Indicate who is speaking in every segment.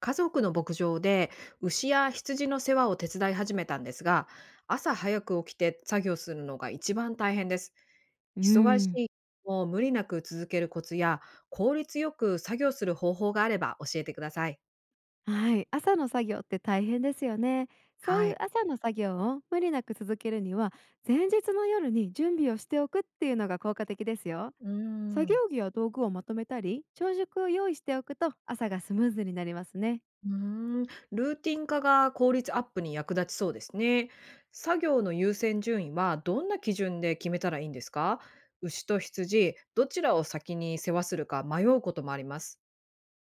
Speaker 1: 家族の牧場で牛や羊の世話を手伝い始めたんですが、朝早く起きて作業するのが一番大変です。
Speaker 2: う
Speaker 1: 忙し
Speaker 2: ん、
Speaker 1: い日も無理なく続けるコツや効率よく作業する方法があれば教えてください。
Speaker 2: はい、朝の作業って大変ですよね。そう
Speaker 1: は
Speaker 2: いう
Speaker 1: い。
Speaker 2: 朝の作業を無理なく続けるには、前日の夜に準備をしておくっていうのが効果的ですよ。
Speaker 1: うー
Speaker 2: 作業
Speaker 1: ん
Speaker 2: 着や道具をまとめたり、朝食を用意しておくと朝がスムーズになりますね。
Speaker 1: うーんルーティン化が効率アップに役立ちそうですね。作業の優先順位はどんな基準で決めたらいいんですか？牛と羊どちらを先に世話するか迷うこともあります。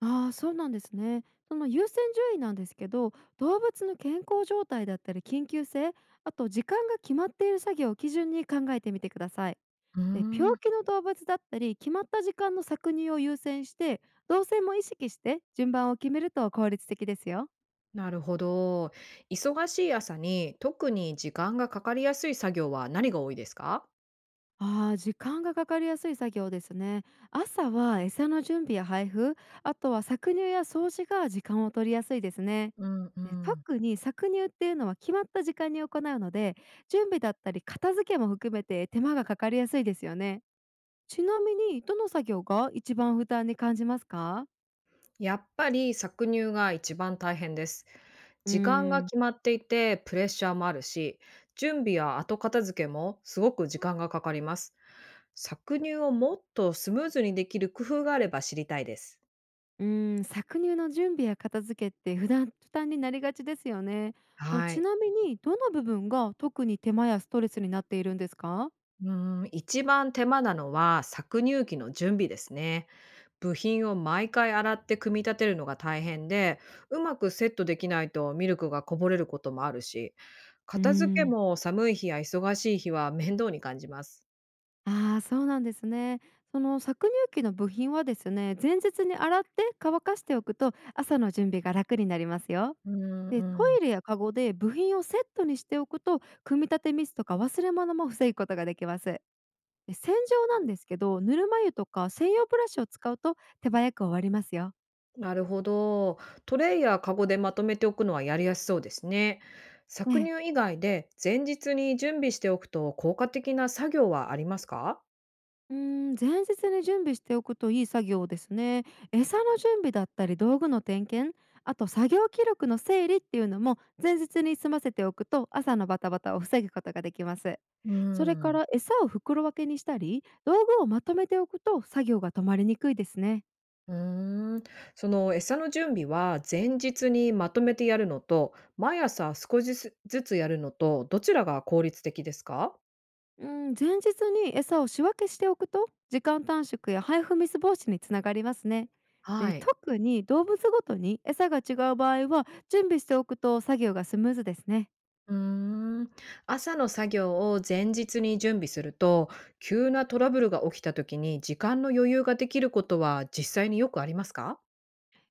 Speaker 2: ああ、そうなんですね。その優先順位なんですけど、動物の健康状態だったり緊急性、あと時間が決まっている作業を基準に考えてみてください。
Speaker 1: うー
Speaker 2: で、病
Speaker 1: ん
Speaker 2: 気の動物だったり、決まった時間の搾乳を優先して、動線も意識して順番を決めると効率的ですよ。
Speaker 1: なるほど。忙しい朝に特に時間がかかりやすい作業は何が多いですか？
Speaker 2: 時間がかかりやすい作業ですね。朝は餌の準備や配布、あとは搾乳や掃除が時間を取りやすいですね。
Speaker 1: うんう
Speaker 2: で、
Speaker 1: ん。
Speaker 2: 特に搾乳っていうのは決まった時間に行うので、準備だったり片付けも含めて手間がかかりやすいですよね。ちなみに、どの作業が一番負担に感じますか？
Speaker 1: やっぱり搾乳が一番大変です。
Speaker 2: うー
Speaker 1: 時間が
Speaker 2: ん
Speaker 1: 決まっていてプレッシャーもあるし、準備や後片付けもすごく時間がかかります。搾乳をもっとスムーズにできる工夫があれば知りたいです。
Speaker 2: うー搾乳の準備や片付けって普段負担になりがちですよね。もう、
Speaker 1: は
Speaker 2: ち
Speaker 1: い。
Speaker 2: なみにどの部分が特に手間やストレスになっているんですか？
Speaker 1: う一番手間なのは搾乳機の準備ですね。部品を毎回洗って組み立てるのが大変で、うまくセットできないとミルクがこぼれることもあるし、
Speaker 2: うー
Speaker 1: 片付け
Speaker 2: ん、
Speaker 1: も寒い日や忙しい日は面倒に感じます。
Speaker 2: ああー、そうなんですね。その搾乳機の部品はですね、前日に洗って乾かしておくと朝の準備が楽になりますよ。
Speaker 1: うんう
Speaker 2: で、ト
Speaker 1: ん。
Speaker 2: イレやカゴで部品をセットにしておくと組み立てミスとか忘れ物も防ぐことができます。で、洗浄なんですけど、ぬるま湯とか専用ブラシを使うと手早く終わりますよ。
Speaker 1: なるほど。トレイやカゴでまとめておくのはやりやすそうですね。搾乳以外で前日に準備しておくと効果的な作業はありますか？
Speaker 2: 前日に準備しておくといい作業ですね。餌の準備だったり道具の点検、あと作業記録の整理っていうのも前日に済ませておくと朝のバタバタを防ぐことができます。
Speaker 1: う
Speaker 2: それか
Speaker 1: ん。
Speaker 2: ら、餌を袋分けにしたり道具をまとめておくと作業が止まりにくいですね。
Speaker 1: うーん、その餌の準備は前日にまとめてやるのと、毎朝少しずつやるのと、どちらが効率的ですか？
Speaker 2: うん、前日に餌を仕分けしておくと時間短縮や配布ミス防止につながりますね。で、
Speaker 1: はい。
Speaker 2: 特に動物ごとに餌が違う場合は準備しておくと作業がスムーズですね。
Speaker 1: うーん。朝の作業を前日に準備すると、急なトラブルが起きた時に時間の余裕ができることは実際によくありますか？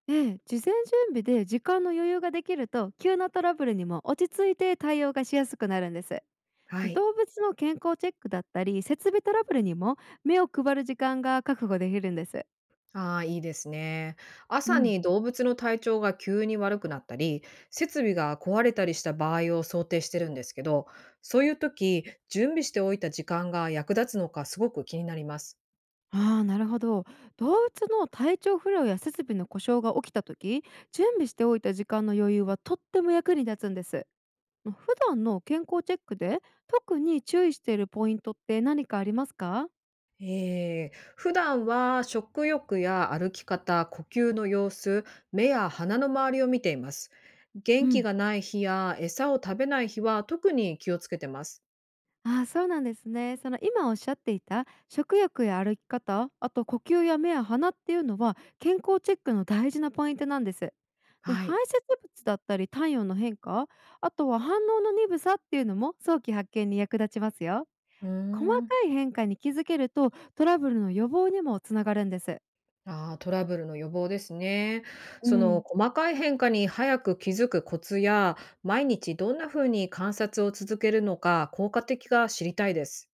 Speaker 2: ええ、事前準備で時間の余裕ができると急なトラブルにも落ち着いて対応がしやすくなるんです。
Speaker 1: はい。
Speaker 2: 動物の健康チェックだったり設備トラブルにも目を配る時間が確保できるんです。
Speaker 1: ああ、いいですね。
Speaker 2: う
Speaker 1: 朝
Speaker 2: ん。
Speaker 1: に動物の体調が急に悪くなったり、設備が壊れたりした場合を想定してるんですけど、そういう時、準備しておいた時間が役立つのかすごく気になります。
Speaker 2: ああ、なるほど。動物の体調不良や設備の故障が起きた時、準備しておいた時間の余裕はとっても役に立つんです。まあ、普段の健康チェックで特に注意しているポイントって何かありますか？
Speaker 1: 普段は食欲や歩き方、呼吸の様子、目や鼻の周りを見ています。
Speaker 2: う
Speaker 1: 元気
Speaker 2: ん。
Speaker 1: がない日や餌を食べない日は特に気をつけてます。
Speaker 2: そうなんですね。その今おっしゃっていた食欲や歩き方、あと呼吸や目や鼻っていうのは健康チェックの大事なポイントなんです。で、
Speaker 1: は
Speaker 2: 排
Speaker 1: い。
Speaker 2: 泄物だったり体温の変化、あとは反応の鈍さっていうのも早期発見に役立ちますよ。
Speaker 1: うー
Speaker 2: 細か
Speaker 1: ん。
Speaker 2: い変化に気づけるとトラブルの予防にもつながるんです。
Speaker 1: ああ、トラブルの予防ですね。
Speaker 2: う
Speaker 1: その
Speaker 2: ん。
Speaker 1: 細かい変化に早く気づくコツや、毎日どんな風に観察を続けるのか効果的か知りたいです。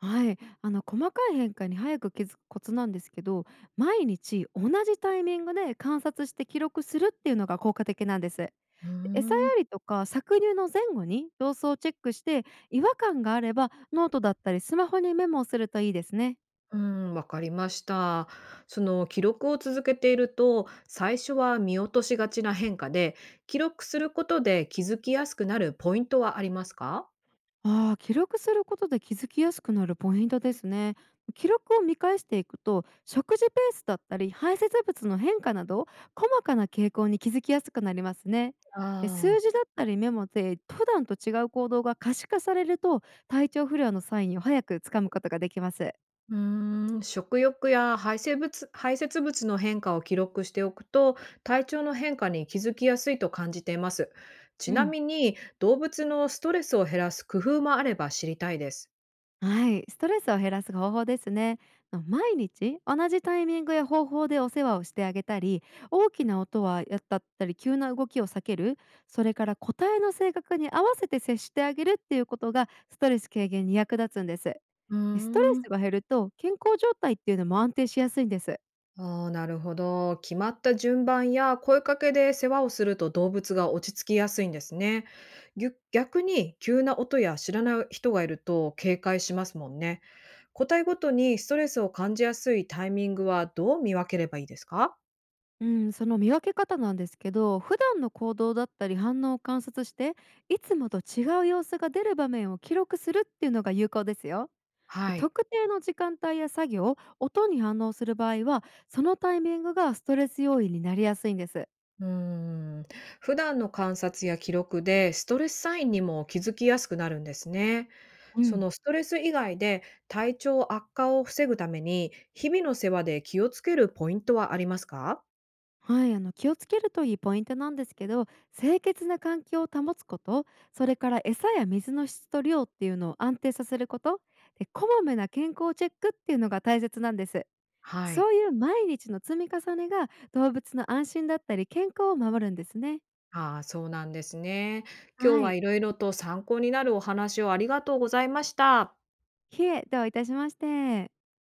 Speaker 2: はい、細かい変化に早く気づくコツなんですけど、毎日同じタイミングで観察して記録するっていうのが効果的なんです。
Speaker 1: うー
Speaker 2: 餌や
Speaker 1: ん。
Speaker 2: りとか搾乳の前後に様子をチェックして、違和感があればノートだったりスマホにメモをするといいですね。
Speaker 1: うん、わかりました。その記録を続けていると、最初は見落としがちな変化で、記録することで気づきやすくなるポイントはありますか？
Speaker 2: ああ、記録することで気づきやすくなるポイントですね。記録を見返していくと食事ペースだったり排泄物の変化など細かな傾向に気づきやすくなりますね。
Speaker 1: あ
Speaker 2: で、数
Speaker 1: あー、
Speaker 2: 字だったりメモで普段と違う行動が可視化されると体調不良のサインを早くつかむことができます。
Speaker 1: うーん、食欲や排泄物の変化を記録しておくと、体調の変化に気づきやすいと感じています。ち
Speaker 2: う
Speaker 1: な
Speaker 2: ん。
Speaker 1: みに、動物のストレスを減らす工夫もあれば知りたいです。
Speaker 2: はい、ストレスを減らす方法ですね。毎日同じタイミングや方法でお世話をしてあげたり、大きな音はやったったり、急な動きを避ける、それから個体の性格に合わせて接してあげるっていうことがストレス軽減に役立つんです。
Speaker 1: うー
Speaker 2: で、ストレ
Speaker 1: ん。
Speaker 2: スが減ると健康状態っていうのも安定しやすいんです。
Speaker 1: ああ、なるほど。決まった順番や声かけで世話をすると動物が落ち着きやすいんですね。逆に急な音や知らない人がいると警戒しますもんね。個体ごとにストレスを感じやすいタイミングはどう見分ければいいですか？
Speaker 2: うん、その見分け方なんですけど、普段の行動だったり反応を観察して、いつもと違う様子が出る場面を記録するっていうのが有効ですよ。で、
Speaker 1: はい。
Speaker 2: 特定の時間帯や作業音に反応する場合はそのタイミングがストレス要因になりやすいんです。
Speaker 1: うーん。普段の観察や記録で、ストレスサインにも気づきやすくなるんですね。
Speaker 2: う
Speaker 1: そ
Speaker 2: ん。
Speaker 1: のストレス以外で体調悪化を防ぐために、日々の世話で気をつけるポイントはありますか？
Speaker 2: はい、気をつけるといいポイントなんですけど、清潔な環境を保つこと、それから餌や水の質と量っていうのを安定させること、で、こまめな健康チェックっていうのが大切なんです。
Speaker 1: はい。
Speaker 2: そういう毎日の積み重ねが動物の安心だったり健康を守るんですね。
Speaker 1: ああ、そうなんですね。今日
Speaker 2: は
Speaker 1: は
Speaker 2: い、
Speaker 1: いろいろと参考になるお話をありがとうございました。
Speaker 2: いえ、どういたしまして。